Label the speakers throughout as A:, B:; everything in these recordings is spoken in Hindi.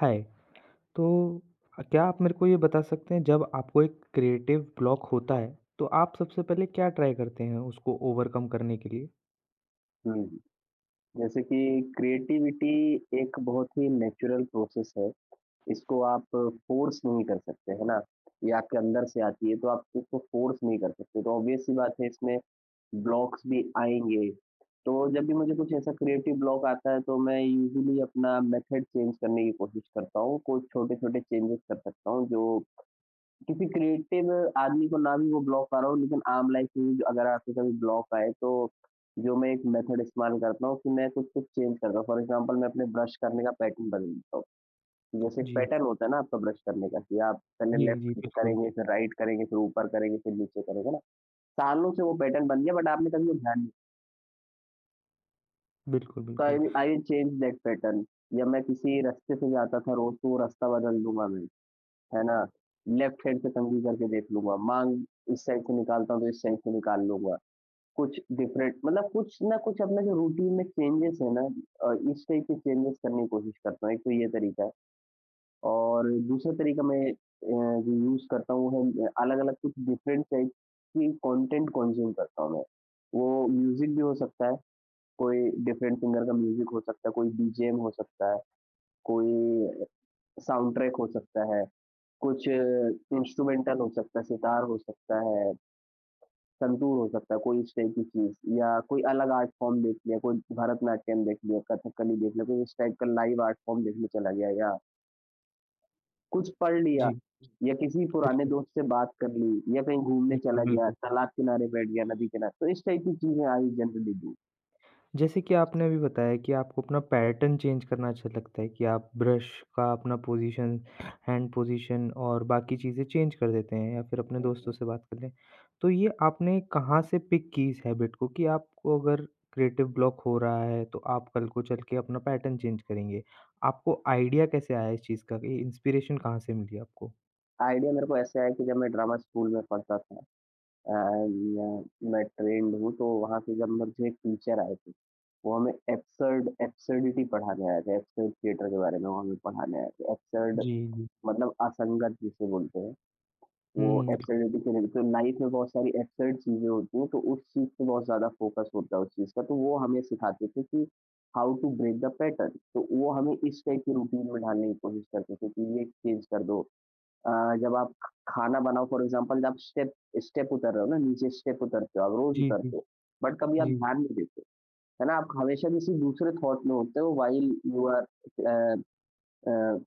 A: हाय। तो क्या आप मेरे को ये बता सकते हैं जब आपको एक क्रिएटिव ब्लॉक होता है तो आप सबसे पहले क्या ट्राई करते हैं उसको ओवरकम करने के लिए?
B: हुँ। जैसे कि क्रिएटिविटी एक बहुत ही नेचुरल प्रोसेस है। इसको आप फ़ोर्स नहीं कर सकते, है ना? ये आपके अंदर से आती है तो आप इसको फ़ोर्स नहीं कर सकते। तो ऑब्वियस सी बात है इसमें ब्लॉक्स भी आएँगे। तो जब भी मुझे कुछ ऐसा क्रिएटिव ब्लॉक आता है तो मैं यूज़ुअली अपना मेथड चेंज करने की कोशिश करता हूँ। कुछ छोटे-छोटे चेंजेज़ कर सकता हूँ जो किसी क्रिएटिव आदमी को ना भी वो ब्लॉक आ रहा हो, लेकिन आम लाइफ में भी अगर आपको कभी ब्लॉक आए, तो जो मैं एक मेथड इस्तेमाल करता हूँ कि मैं कुछ-कुछ चेंज करता हूँ। फॉर एग्ज़ाम्पल मैं अपने ब्रश करने का पैटर्न बदल देता हूँ। जैसे एक
A: जी।
B: पैटर्न होता है ना आपका ब्रश करने का कि आप पहले
A: जी, जी,
B: लेफ्ट
A: बिल्कुल।
B: करेंगे, फिर राइट करेंगे, फिर ऊपर करेंगे, फिर नीचे करेंगे ना। सालों से वो पैटर्न बन गया बट आपने कभी वो ध्यान नहीं
A: बिल्कुल,
B: तो आई
A: बिल्कुल।
B: Will I will change that pattern या मैं किसी रास्ते से जाता था रोज़, तो वो रास्ता बदल दूँगा मैं। है ना? लेफ्ट हैंड से कंघी करके देख लूँगा, माँग इस साइड से निकालता हूँ, तो इस साइड से निकाल लूँगा। कुछ डिफरेंट मतलब कुछ ना कुछ अपना जो रूटीन में चेंजेस है ना इस टाइप के चेंजेस करने की कोशिश करता हूँ। एक तो ये तरीका है और दूसरा तरीका मैं जो यूज़ करता हूँ वो है अलग-अलग कुछ डिफरेंट टाइप की कंटेंट कंज़्यूम करता हूँ मैं। वो म्यूज़िक भी हो सकता है, कोई डिफरेंट सिंगर का म्यूज़िक हो सकता है, कोई बीजीएम हो सकता है, कोई साउंड ट्रैक हो सकता है, कुछ इंस्ट्रूमेंटल हो सकता है, सितार हो सकता है, संतूर हो सकता है, कोई इस टाइप की चीज़ या कोई अलग आर्ट फॉर्म देख लिया, कोई भरतनाट्यम देख लिया, कथकली देख लिया, कोई इस टाइप का लाइव आर्ट फॉर्म देखने चला गया या कुछ पढ़ लिया
A: जी,
B: जी। या किसी पुराने
A: बिल्कुल,
B: दोस्त से बात कर ली या कहीं घूमने
A: बिल्कुल,
B: चला गया,
A: बिल्कुल।
B: तालाब किनारे बैठ गया, नदी किनारे, तो इस टाइप की चीज़ें आई जनरली डू।
A: जैसे कि आपने अभी बताया कि आपको अपना पैटर्न चेंज करना अच्छा लगता है कि आप ब्रश का अपना पोजीशन, हैंड पोजीशन और बाकी चीज़ें चेंज कर देते हैं या फिर अपने
B: हुँ,
A: दोस्तों
B: हुँ।
A: से बात कर लें। तो ये आपने कहाँ से पिक की इस हैबिट को कि आपको अगर क्रिएटिव ब्लॉक हो रहा है तो आप कल को चल के अपना पैटर्न चेंज करेंगे। आपको आइडिया कैसे आया इस चीज़ का? ये इंस्पिरेशन कहाँ से मिली आपको?
B: आइडिया मेरे को ऐसे आया कि जब मैं ड्रामा स्कूल में पढ़ता था। अ, न मैं ट्रेन्ड हूँ, तो वहाँ पे जब मुझे एक टीचर आए थे, वो हमें एब्सर्डिटी पढ़ाने आए थे, एब्सर्ड थिएटर के बारे में वो हमें पढ़ाने आए थे। एब्सर्ड
A: जी, जी।
B: मतलब असंगत जिसे बोलते हैं,
A: हुँ,
B: वो
A: हुँ, बिल्कुल।
B: एब्सर्डिटी से रिलेटेड तो लाइफ़ में बहुत सारी एब्सर्ड चीज़ें होती हैं, तो उस चीज़ पे बहुत ज़्यादा फोकस होता है उस चीज़ का, तो वो हमें सिखाते थे कि how to break the pattern. तो वो हमें इस टाइप की रूटीन में ढालने की कोशिश करते थे कि ये चेंज कर दो, अ, जब आप ख खाना बनाओ फॉर एग्ज़ाम्पल जब आप स्टेप स्टेप उतर रहे हो ना, नीचे स्टेप उतरते हो, आप रोज़
A: जी, जी,
B: उतरते हो, बट कभी आप
A: जी।
B: ध्यान नहीं देते, है ना? आप हमेशा किसी दूसरे थॉट में होते हो while you are a uh,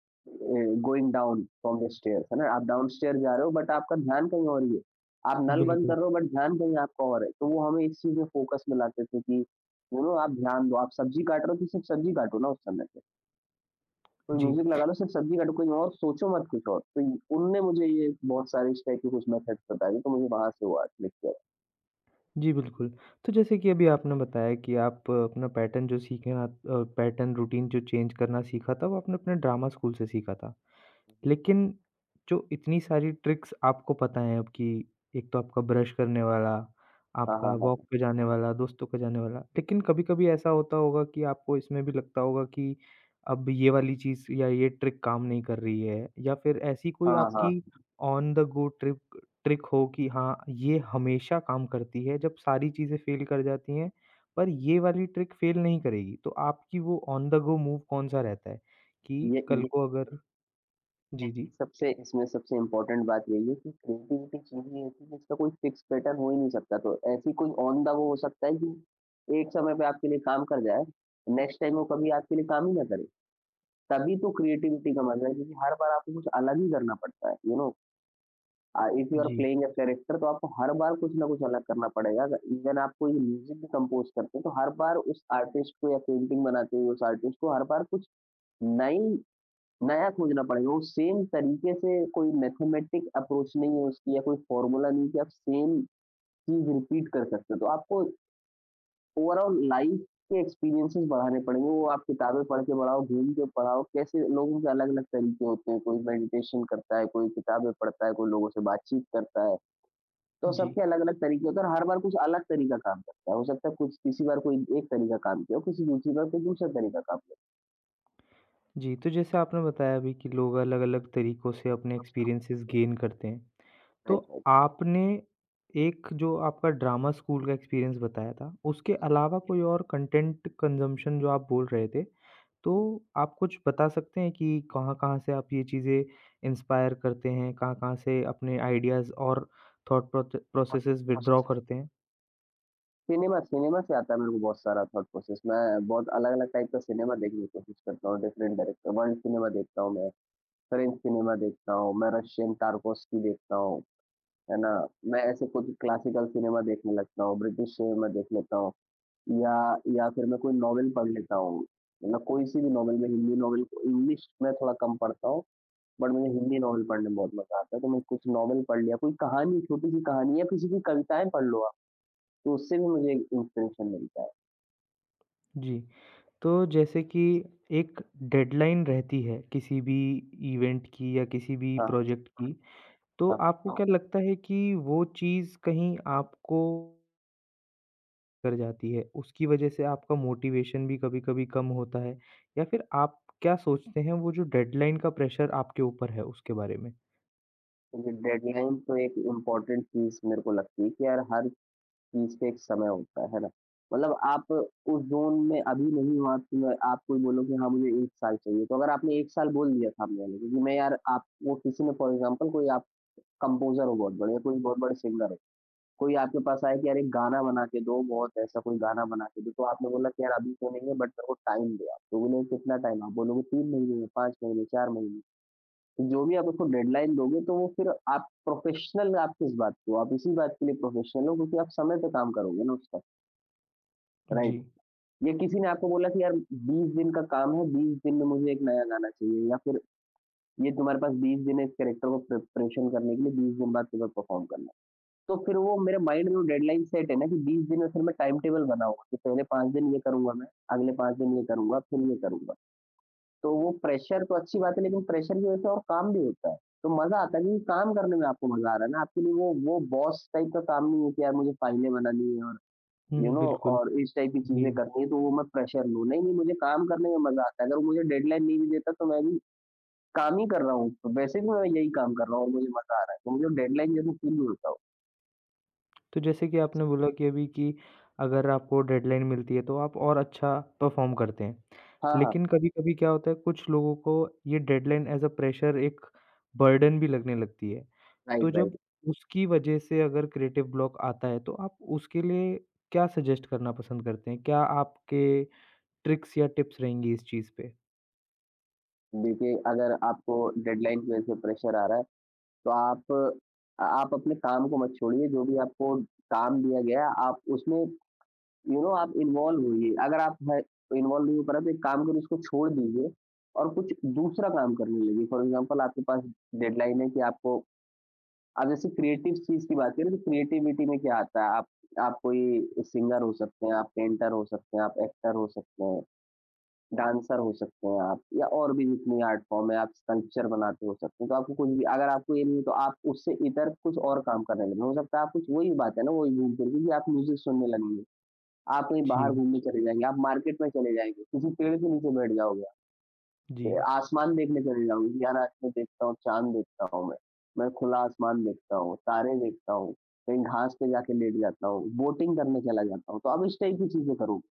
B: going down from the stairs, है ना? आप डाउन स्टेयर जा रहे हो बट आपका ध्यान कहीं और ही है। आप नल बंद कर
A: बिल्कुल,
B: रहे हो बट ध्यान कहीं आपका और है। तो वो हमें इस चीज़ में फ़ोकस में लाते थे कि यू नो आप ध्यान दो, आप सब्ज़ी काट रहे हो तो सिर्फ़ सब्ज़ी काटो ना उस समय पे। कोई
A: जी।
B: म्यूज़िक लगा लो, सिर्फ़ सब्ज़ी काटो, कोई और सोचो मत कुछ और। तो ये उनने मुझे ये बहुत सारे इस टाइप के कुछ मेथड्स बताए थे, तो मुझे वहाँ से वो आर्ट क्लिक किया।
A: जी, बिल्कुल। तो जैसे कि अभी आपने बताया कि आप अपना पैटर्न जो सीखे आप पैटर्न रूटीन जो चेंज करना सीखा था, वो आपने अपने ड्रामा स्कूल से सीखा था।
B: हुँ, हुँ।
A: लेकिन जो इतनी सारी ट्रिक्स आपको पता है अब कि एक तो आपका ब्रश करने वाला,
B: हाँ, हाँ,
A: आपका
B: हाँ,
A: वॉक
B: हाँ।
A: पे जाने वाला, दोस्तों के जाने वाला, लेकिन कभी-कभी ऐसा होता होगा कि आपको इसमें भी लगता होगा कि अब ये वाली चीज़ या ये ट्रिक काम नहीं कर रही है या फिर ऐसी कोई
B: हाँ, अच्छा।
A: आपकी
B: हाँ।
A: On the go trick trick हो कि हाँ, ये हमेशा काम करती है जब सारी चीज़ें फ़ेल कर जाती हैं, पर ये वाली ट्रिक फ़ेल नहीं करेगी। तो आपकी वो ऑन द गो मूव कौन-सा रहता है कि
B: ये
A: कल
B: ये
A: को
B: ये
A: अगर जी,
B: यही
A: जी।
B: सबसे इसमें सबसे इम्पोर्टेंट बात यही है कि क्रिएटिविटी चीज़ ही ऐसी है जिसका कोई फ़िक्स पैटर्न हो ही नहीं सकता। तो ऐसी कोई ऑन द वो हो सकता है कि एक समय पे आपके लिए काम कर जाए, नेक्स्ट टाइम वो कभी आपके लिए काम ही ना करे। तभी तो क्रिएटिविटी का मज़ा है क्योंकि हर बार आपको कुछ अलग ही करना पड़ता है, you know? If you are
A: जी,
B: प्लेइंग अ कैरेक्टर तो आपको हर बार कुछ ना कुछ अलग करना पड़ेगा। अगर इवन आप कोई म्यूज़िक भी कंपोज़ करते हैं, तो हर बार उस आर्टिस्ट को या पेंटिंग बनाते हुए उस आर्टिस्ट को हर बार कुछ नई नया खोजना पड़ेगा। वो सेम तरीके से कोई मैथमेटिक अप्रोच नहीं है उसकी या कोई फ़ॉर्मूला नहीं है कि आप सेम चीज़ रिपीट कर सकते हो। तो आपको ओवरऑल लाइफ़ के एक्सपीरियंसेस बढ़ाने पड़ेंगे। वो आप किताबें पढ़ के बढ़ाओ, घूम के पढ़ाओ। कैसे लोगों के अलग-अलग तरीके होते हैं, कोई मेडिटेशन करता है, कोई किताबें पढ़ता है, कोई लोगों से बातचीत करता है। तो
A: जी।
B: सबके अलग-अलग तरीके होते हैं और हर बार कुछ अलग तरीका काम करता है। हो सकता है कुछ किसी बार कोई एक तरीका काम किया हो, किसी दूसरी बार कोई दूसरा तरीका काम किया
A: जी, तो जैसे आपने बताया अभी कि लोग अलग-अलग तरीकों से अपने
B: अच्छा। हो।
A: एक्सपीरियंसेस गेन करते हैं। तो
B: राइट, राइट।
A: आपने एक जो आपका ड्रामा स्कूल का एक्सपीरियंस बताया था, उसके
B: हुँ, हुँ, हुँ,
A: अलावा
B: हुँ।
A: कोई और कंटेंट कंज़म्पशन जो आप बोल रहे थे,
B: हुँ।
A: तो आप कुछ बता सकते हैं कि कहाँ-कहाँ से आप ये चीज़ें इंस्पायर करते हैं? कहाँ-कहाँ से अपने आइडियाज़ और थॉट प्रोत प्रोसेसेस विथड्रॉ करते हैं?
B: सिनेमा सिनेमा से आता है मेरे को बहुत सारा थॉट प्रोसेस। मैं बहुत अलग-अलग टाइप का सिनेमा देखने की कोशिश करता हूँ, डिफरेंट डायरेक्टर वर्ल्ड सिनेमा देखता हूँ मैं, फ्रेंच सिनेमा देखता हूँ, मैं रशियन टार्कोव्स्की देखता हूँ, है ना? मैं ऐसे कुछ क्लासिकल सिनेमा देखने लगता हूँ, ब्रिटिश सिनेमा देख लेता हूँ। या या फिर मैं कोई नॉवेल पढ़ लेता हूँ। मतलब कोई-सी भी नॉवेल मैं हिंदी नॉवेल इंग्लिश मैं थोड़ा कम पढ़ता हूँ, बट मुझे हिंदी नॉवेल पढ़ने में बहुत मज़ा आता है, तो मैं कुछ नॉवेल पढ़ लिया, कोई कहानी, छोटी-सी कहानी या किसी की कविताएँ पढ़ लो आप, तो उससे भी मुझे इंस्पिरेशन मिलता है।
A: जी। तो जैसे कि एक डेडलाइन रहती है किसी भी इवेंट की या किसी भी
B: हाँ,
A: प्रोजेक्ट की, तो
B: हाँ,
A: आपको
B: हाँ।
A: क्या लगता है कि वो चीज़ कहीं आपको कर जाती है? उसकी वजह से आपका मोटिवेशन भी कभी-कभी कम होता है या फिर आप क्या सोचते हैं वो जो डेडलाइन का प्रेशर आपके ऊपर है उसके बारे में?
B: क्योंकि डेडलाइन तो एक इम्पोर्टेंट चीज़ मेरे को लगती है कि यार हर चीज़ पे एक समय होता है ना? मतलब आप उस ज़ोन में अभी नहीं हो आप कि आप कोई बोलो कि हाँ, मुझे 1 साल चाहिए, तो अगर आपने 1 साल बोल दिया सामने वाले को कि मैं यार आप वो किसी ने फॉर एग्ज़ाम्पल कोई आप कंपोज़र हो बहुत बड़े या कोई बहुत बड़े सिंगर हो, कोई आपके पास आए कि यार एक गाना बना के दो, बहुत ऐसा कोई गाना बना के दो, तो आपने बोला कि यार अभी तो नहीं है बट मेरे को टाइम दो आप। तो बोले कितना टाइम? आप बोलोगे 3 महीने, 5 महीने, 4 महीने। तो जो भी आप उसको डेडलाइन दोगे तो वो फिर आप प्रोफ़ेशनल आप किस बात के हो? आप इसी बात के लिए प्रोफ़ेशनल हो क्योंकि आप समय पे काम करोगे ना उसका।
A: जी।
B: राइट। ये किसी ने आपको बोला कि यार 20 दिन का काम है, 20 दिन में मुझे एक नया गाना चाहिए या फिर ये तुम्हारे पास 20 दिन है इस कैरेक्टर को प्रिपरेशन करने के लिए, 20 दिन बाद तुम्हें परफ़ॉर्म करना है। तो फिर वो मेरे माइंड में वो डेडलाइन सेट है ना कि 20 दिन में फिर मैं टाइम टेबल बनाऊँगा कि पहले 5 दिन ये करूँगा मैं, अगले 5 दिन ये करूँगा, फिर ये करूँगा। तो वो प्रेशर तो अच्छी बात है लेकिन प्रेशर की वज़ह से और काम भी होता है। तो मज़ा आता है क्योंकि काम करने में आपको मज़ा आ रहा है ना, आपके लिए वो बॉस टाइप का काम नहीं है कि यार मुझे फाइलें बनानी है।
A: हुँ,
B: यू
A: हुँ,
B: नो
A: बिल्कुल।
B: और इस टाइप की चीज़ें
A: जी।
B: करनी है, तो वो मैं प्रेशर लूँ। नहीं, नहीं मुझे काम करने में मज़ा आता है। अगर वो मुझे डेडलाइन नहीं भी देता तो मैं भी काम ही कर रहा हूँ। तो वैसे भी मैं यही काम कर रहा हूँ और मुझे मज़ा आ रहा है। तो मुझे डेडलाइन जैसे फील नहीं होता वो।
A: तो जैसे कि आपने बोला कि अभी कि अगर आपको डेडलाइन मिलती है तो आप और अच्छा परफॉर्म करते हैं।
B: हाँ, हाँ।
A: लेकिन कभी-कभी क्या होता है कुछ लोगों को ये डेडलाइन एज़ अ प्रेशर एक बर्डन भी लगने लगती है।
B: राइट,
A: तो
B: राइट।
A: जब उसकी वजह से अगर क्रिएटिव ब्लॉक आता है तो आप उसके लिए क्या सजेस्ट करना पसंद करते हैं? क्या आपके ट्रिक्स या टिप्स रहेंगी इस चीज़ पे?
B: देखिए अगर आपको डेडलाइन की वज़ह से प्रेशर आ रहा है तो आप अपने काम को मत छोड़िए। जो भी आपको काम दिया गया है आप उसमें यू नो आप इन्वॉल्व होइए। अगर आप है इन्वॉल्व नहीं हो पा रहे तो एक काम करिए इसको छोड़ दीजिए और कुछ दूसरा काम करने लगिए। फॉर एग्ज़ाम्पल आपके पास डेडलाइन है कि आपको आप जैसे क्रिएटिव चीज़ की बात करें तो क्रिएटिविटी में क्या आता है? आप कोई सिंगर हो सकते हैं, आप पेंटर हो सकते हैं, आप एक्टर हो सकते हैं, डांसर हो सकते हैं आप या और भी जितनी आर्ट फॉर्म है, आप स्कल्पचर बनाते हो सकते हैं। तो आपको कुछ भी अगर आपको ये नहीं है तो आप उससे इतर कुछ और काम करने लगे। हो सकता है आप कुछ वही बात है ना, वही घूम-फिर के कि आप म्यूज़िक सुनने लगेंगे। आप कहीं बाहर
A: जी,
B: घूमने चले जाएँगे, आप मार्केट में चले जाएँगे, किसी पेड़ के नीचे बैठ जाओगे आप।
A: जी,
B: ए, आसमान देखने चले जाओगे कि यार आज मैं देखता हूँ, चाँद देखता हूँ मैं। मैं खुला आसमान देखता हूँ, तारे देखता हूँ, कहीं घास पे जाके लेट जाता हूँ, बोटिंग करने चला जाता हूँ। तो आप इस टाइप की चीज़ें करोगे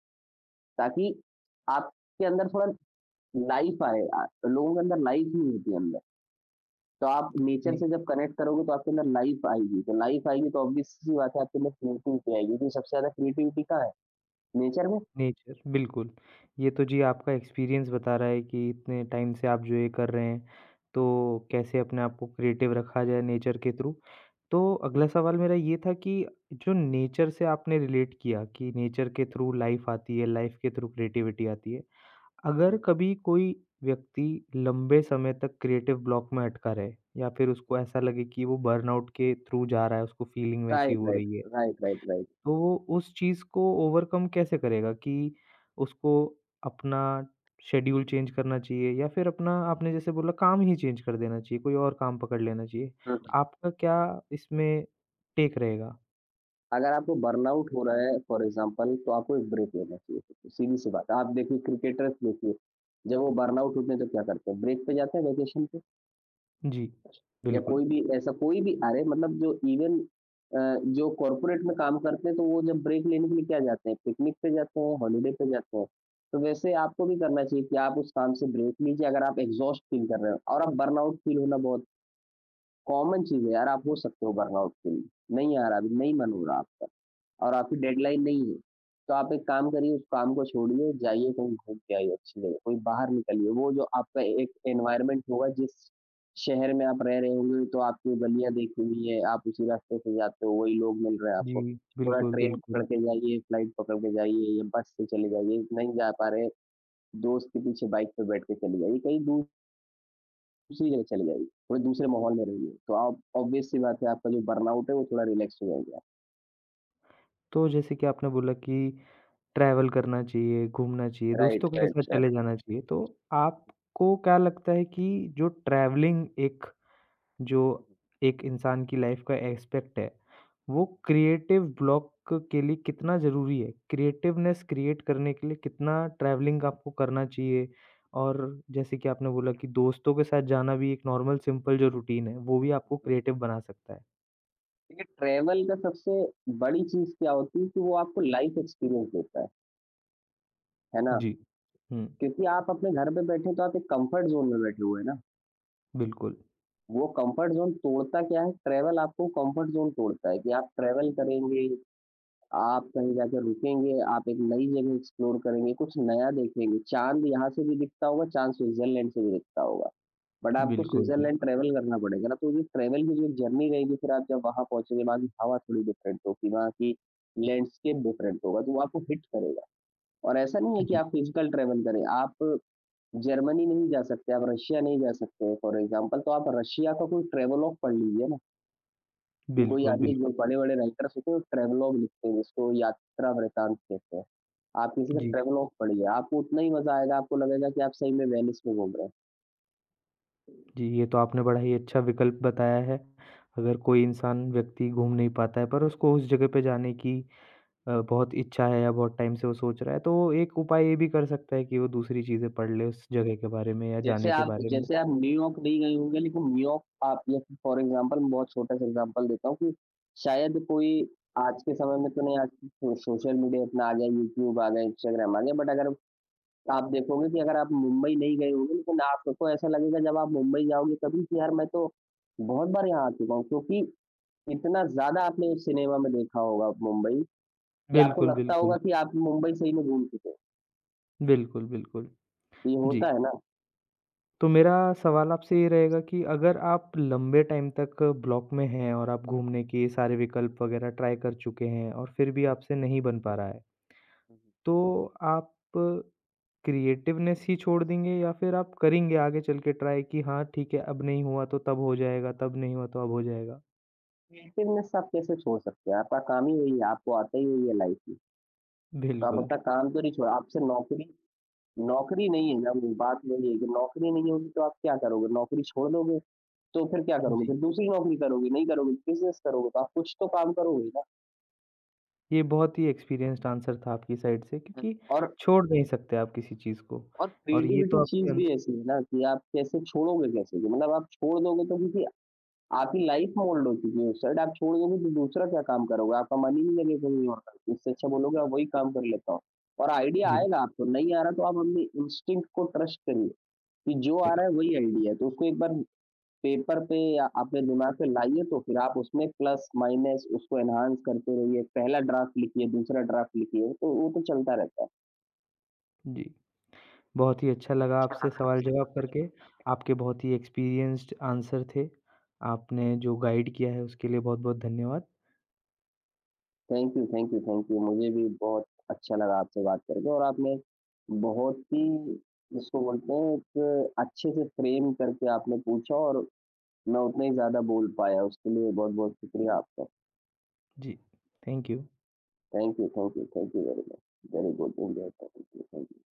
B: ताकि आपके अंदर थोड़ा लाइफ आए लोगों के अंदर लाइफ नहीं होती अंदर। तो आप नेचर
A: जी।
B: से जब कनेक्ट करोगे तो आपके अंदर लाइफ आएगी। तो लाइफ आएगी तो ऑब्वियस सी बात है आपके अंदर क्रिएटिविटी आएगी क्योंकि सबसे ज़्यादा क्रिएटिविटी कहाँ है? नेचर में।
A: नेचर, बिल्कुल। ये तो जी आपका एक्सपीरियंस बता रहा है कि इतने टाइम से आप जो ये कर रहे हैं,
B: हुँ, हुँ,
A: तो कैसे अपने आप को क्रिएटिव रखा जाए नेचर के थ्रू।
B: हुँ,
A: तो अगला सवाल मेरा ये था कि जो नेचर से आपने रिलेट किया कि नेचर के थ्रू लाइफ़ आती है, लाइफ़ के थ्रू क्रिएटिविटी आती है।
B: हुँ।
A: अगर कभी कोई व्यक्ति लंबे समय तक क्रिएटिव ब्लॉक में अटका रहे या फिर उसको ऐसा लगे कि वो बर्नआउट के थ्रू जा रहा है, उसको फीलिंग वैसी
B: राइट,
A: हो
B: राइट,
A: रही है,
B: राइट, राइट, राइट।
A: तो वो उस चीज़ को ओवरकम कैसे करेगा कि उसको अपना शेड्यूल चेंज करना चाहिए या फिर अपना आपने जैसे बोला काम ही चेंज कर देना चाहिए, कोई और काम पकड़ लेना चाहिए।
B: हुँ।
A: आपका क्या इसमें टेक रहेगा?
B: अगर आपको बर्नआउट हो रहा है फॉर एग्ज़ाम्पल तो आपको एक ब्रेक लेना चाहिए, सीधी सी बात है। आप देखिए क्रिकेटर्स देखिए, जब वो बर्नआउट होते हैं तो क्या करते हैं? ब्रेक पे जाते हैं वैकेशन पे
A: जी,
B: या
A: बिल्कुल।
B: कोई भी ऐसा कोई भी अरे मतलब जो इवन अ, जो कॉर्पोरेट में काम करते हैं तो वो जब ब्रेक लेने के लिए क्या जाते हैं? पिकनिक पे जाते हैं, हॉलिडे पे जाते हैं। तो वैसे आपको भी करना चाहिए कि आप उस काम से ब्रेक लीजिए अगर आप एग्ज़ॉस्ट फ़ील कर रहे हो और आप बर्नआउट फ़ील होना बहुत कॉमन चीज़ है यार, आप हो सकते हो बर्नआउट फ़ील। नहीं आ रहा अभी, नहीं मन हो रहा आपका। और आपकी डेडलाइन नहीं है, तो आप एक काम करिए उस काम को छोड़िए, जाइए कहीं घूम के आइए अच्छी जगह, कहीं बाहर निकलिए, वो जो आपका एक एनवायरनमेंट होगा जिस शहर में आप रह रहे होंगे तो आपने गलियाँ देखी हुई हैं, आप उसी रास्ते से जाते हो, वही लोग मिल रहे हैं
A: जी,
B: आपको। थोड़ा
A: बिल्कुल,
B: ट्रेन पकड़
A: बिल्कुल।
B: के जाइए, फ्लाइट पकड़ के जाइए या बस से चले जाइए, नहीं जा पा रहे, दोस्त के पीछे बाइक पे बैठ के चले जाइए, कहीं दूसरी जगह चले जाइए, थोड़े दूसरे माहौल में रहिए, तो आप ऑब्वियस सी बात है आपका जो बर्नआउट है वो थोड़ा रिलैक्स हो जाएगा।
A: तो जैसे कि आपने बोला कि ट्रैवल करना चाहिए, घूमना चाहिए,
B: राइट,
A: दोस्तों के साथ
B: राइट,
A: चले
B: राइट।
A: जाना चाहिए, तो आपको क्या लगता है कि जो ट्रैवलिंग एक जो एक इंसान की लाइफ का एस्पेक्ट है, वो क्रिएटिव ब्लॉक के लिए कितना ज़रूरी है? क्रिएटिवनेस क्रिएट करने के लिए कितना ट्रैवलिंग आपको करना चाहिए? और जैसे कि आपने बोला कि दोस्तों के साथ जाना भी एक नॉर्मल सिंपल जो रूटीन है, वो भी आपको क्रिएटिव बना सकता है।
B: देखिए, ट्रैवल का सबसे बड़ी चीज़ क्या होती है कि वो आपको लाइफ़ एक्सपीरियंस देता है ना?
A: जी। हुँ,
B: क्योंकि आप अपने घर पे बैठे हैं, तो आप एक कम्फ़र्ट ज़ोन में बैठे हुए हैं ना।
A: बिल्कुल,
B: वो कम्फ़र्ट ज़ोन तोड़ता क्या है, ट्रैवल आपको कम्फ़र्ट ज़ोन तोड़ता है कि आप ट्रैवल करेंगे, आप कहीं जाके रुकेंगे, आप एक नई जगह एक्सप्लोर करेंगे, कुछ नया देखेंगे। चाँद यहाँ से भी दिखता होगा, चाँद स्विट्ज़रलैंड से भी दिखता होगा। बट आपको
A: बिल्कुल,
B: स्विट्ज़रलैंड
A: बिल्कुल।
B: ट्रैवल करना पड़ेगा ना, तो ये ट्रैवल की जो जर्नी रहेगी फिर आप जब वहाँ पहुँचेंगे, वहाँ की हवा थोड़ी डिफरेंट होगी, वहाँ की लैंडस्केप डिफरेंट होगा, तो वो आपको हिट करेगा और ऐसा नहीं है कि
A: जी,
B: आप फिजिकल ट्रैवल करें, आप जर्मनी नहीं जा सकते, आप रशिया नहीं जा सकते फॉर एग्ज़ाम्पल तो आप रशिया का कोई ट्रैवलॉग पढ़ लीजिए ना, कि कोई
A: बिल्कुल,
B: आदमी
A: बिल
B: जो बड़े-बड़े राइटर्स होते हैं वो ट्रैवलॉग लिखते हैं, जिसको यात्रा वृतांत कहते हैं। आप किसी का
A: जी,
B: ट्रैवलॉग पढ़िए, आपको उतना ही मज़ा आएगा, आपको लगेगा कि आप सही में वेनिस में घूम रहे हैं।
A: जी, ये तो आपने बड़ा ही अच्छा विकल्प बताया है। अगर कोई इंसान व्यक्ति घूम नहीं पाता है, पर उसको उस जगह पे जाने की बहुत इच्छा है या बहुत टाइम से वो सोच रहा है, तो एक उपाय ये भी कर सकता है कि वो दूसरी चीज़ें पढ़ ले उस जगह के बारे में या
B: जैसे
A: जाने के
B: आप
A: बारे में।
B: जैसे आप न्यूयॉर्क नहीं गए होंगे, लेकिन न्यूयॉर्क आप जैसे फॉर एग्ज़ाम्पल मैं बहुत छोटा-सा एग्ज़ाम्पल देता हूँ कि शायद कोई आज के समय में तो नहीं आज सो सोशल मीडिया इतना आ गया, यूट्यूब आ गया, इंस्टाग्राम आ गया, बट अगर आप देखोगे कि अगर आप मुंबई नहीं गए होंगे, लेकिन आपको ऐसा लगेगा जब आप मुंबई जाओगे तभी कि यार मैं तो बहुत बार यहाँ आ चुका हूँ क्योंकि इतना ज़्यादा आपने सिनेमा में देखा होगा मुंबई कि आपको
A: बिल्कुल,
B: लगता होगा
A: बिल्कुल।
B: कि आप मुंबई सही में घूम चुके हो।
A: बिल्कुल, बिल्कुल।
B: ये
A: जी,
B: होता है ना?
A: तो मेरा सवाल आपसे ये रहेगा कि अगर आप लंबे टाइम तक ब्लॉक में हैं और आप घूमने के सारे विकल्प वगैरह ट्राई कर चुके हैं और फिर भी आपसे नहीं बन पा रहा है, तो आप क्रिएटिवनेस ही छोड़ देंगे या फिर आप करेंगे आगे चल के ट्राई कि हाँ, ठीक है, अब नहीं हुआ तो तब हो जाएगा, तब नहीं हुआ तो अब हो जाएगा?
B: क्रिएटिवनेस आप कैसे छोड़ सकते हैं? आपका काम ही वही है, आपको आता ही वही है लाइफ में, तो आप
A: बिल्कुल।
B: अपना काम तो नहीं छोड़ा आपसे नौकरी नौकरी नहीं है ना वो बात वही है कि नौकरी नहीं होगी तो आप क्या करोगे? नौकरी छोड़ दोगे, तो फिर क्या करोगे?
A: जी।
B: फिर दूसरी नौकरी करोगे, नहीं करोगे, बिज़नेस करोगे, तो आप कुछ तो काम करोगे ही ना।
A: ये बहुत ही एक्सपीरियंस्ड आंसर था आपकी साइड से
B: हुँ।
A: क्योंकि
B: और
A: छोड़ नहीं सकते आप किसी चीज़ को
B: और
A: और ये
B: क्रिएटिविटी
A: तो आपके
B: चीज़ भी ऐसी है ना कि आप कैसे छोड़ोगे कैसे? कि मतलब आप छोड़ दोगे तो किसी आपकी लाइफ मोल्ड हो चुकी है उस साइड, आप छोड़ दोगे तो दूसरा क्या काम करोगे? आपका मन ही नहीं लगेगा कहीं और करने, इससे अच्छा बोलोगे आप वही काम कर लेता हूँ और आइडिया
A: बिल
B: आएगा आपको, नहीं आ रहा तो आप अपने इंस्टिंक्ट को ट्रस्ट करिए कि जो आ
A: बिल
B: रहा है वही आइडिया है, तो उसको एक बार पेपर पे या अपने दिमाग पे लाइए तो फिर आप उसमें प्लस माइनस उसको एनहांस करते रहिए, पहला ड्राफ्ट लिखिए, दूसरा ड्राफ्ट लिखिए, तो वो तो चलता रहता
A: जी। बहुत ही अच्छा लगा आपसे सवाल-जवाब करके।
B: है।
A: आपके बहुत ही एक्सपीरियंस्ड आंसर थे। आपने जो गाइड किया है उसके लिए बहुत-बहुत धन्यवाद।
B: Thank you, thank you, thank you. मुझे भी बहुत अच्छा लगा आपसे बात करके और आपने बहुत ही जिसको बोलते हैं एक अच्छे से फ्रेम करके आपने पूछा और मैं उतना ही ज़्यादा बोल पाया। उसके लिए बहुत-बहुत शुक्रिया आपका।
A: जी, thank you.
B: Thank you, thank you, thank you very much. Very good, enjoy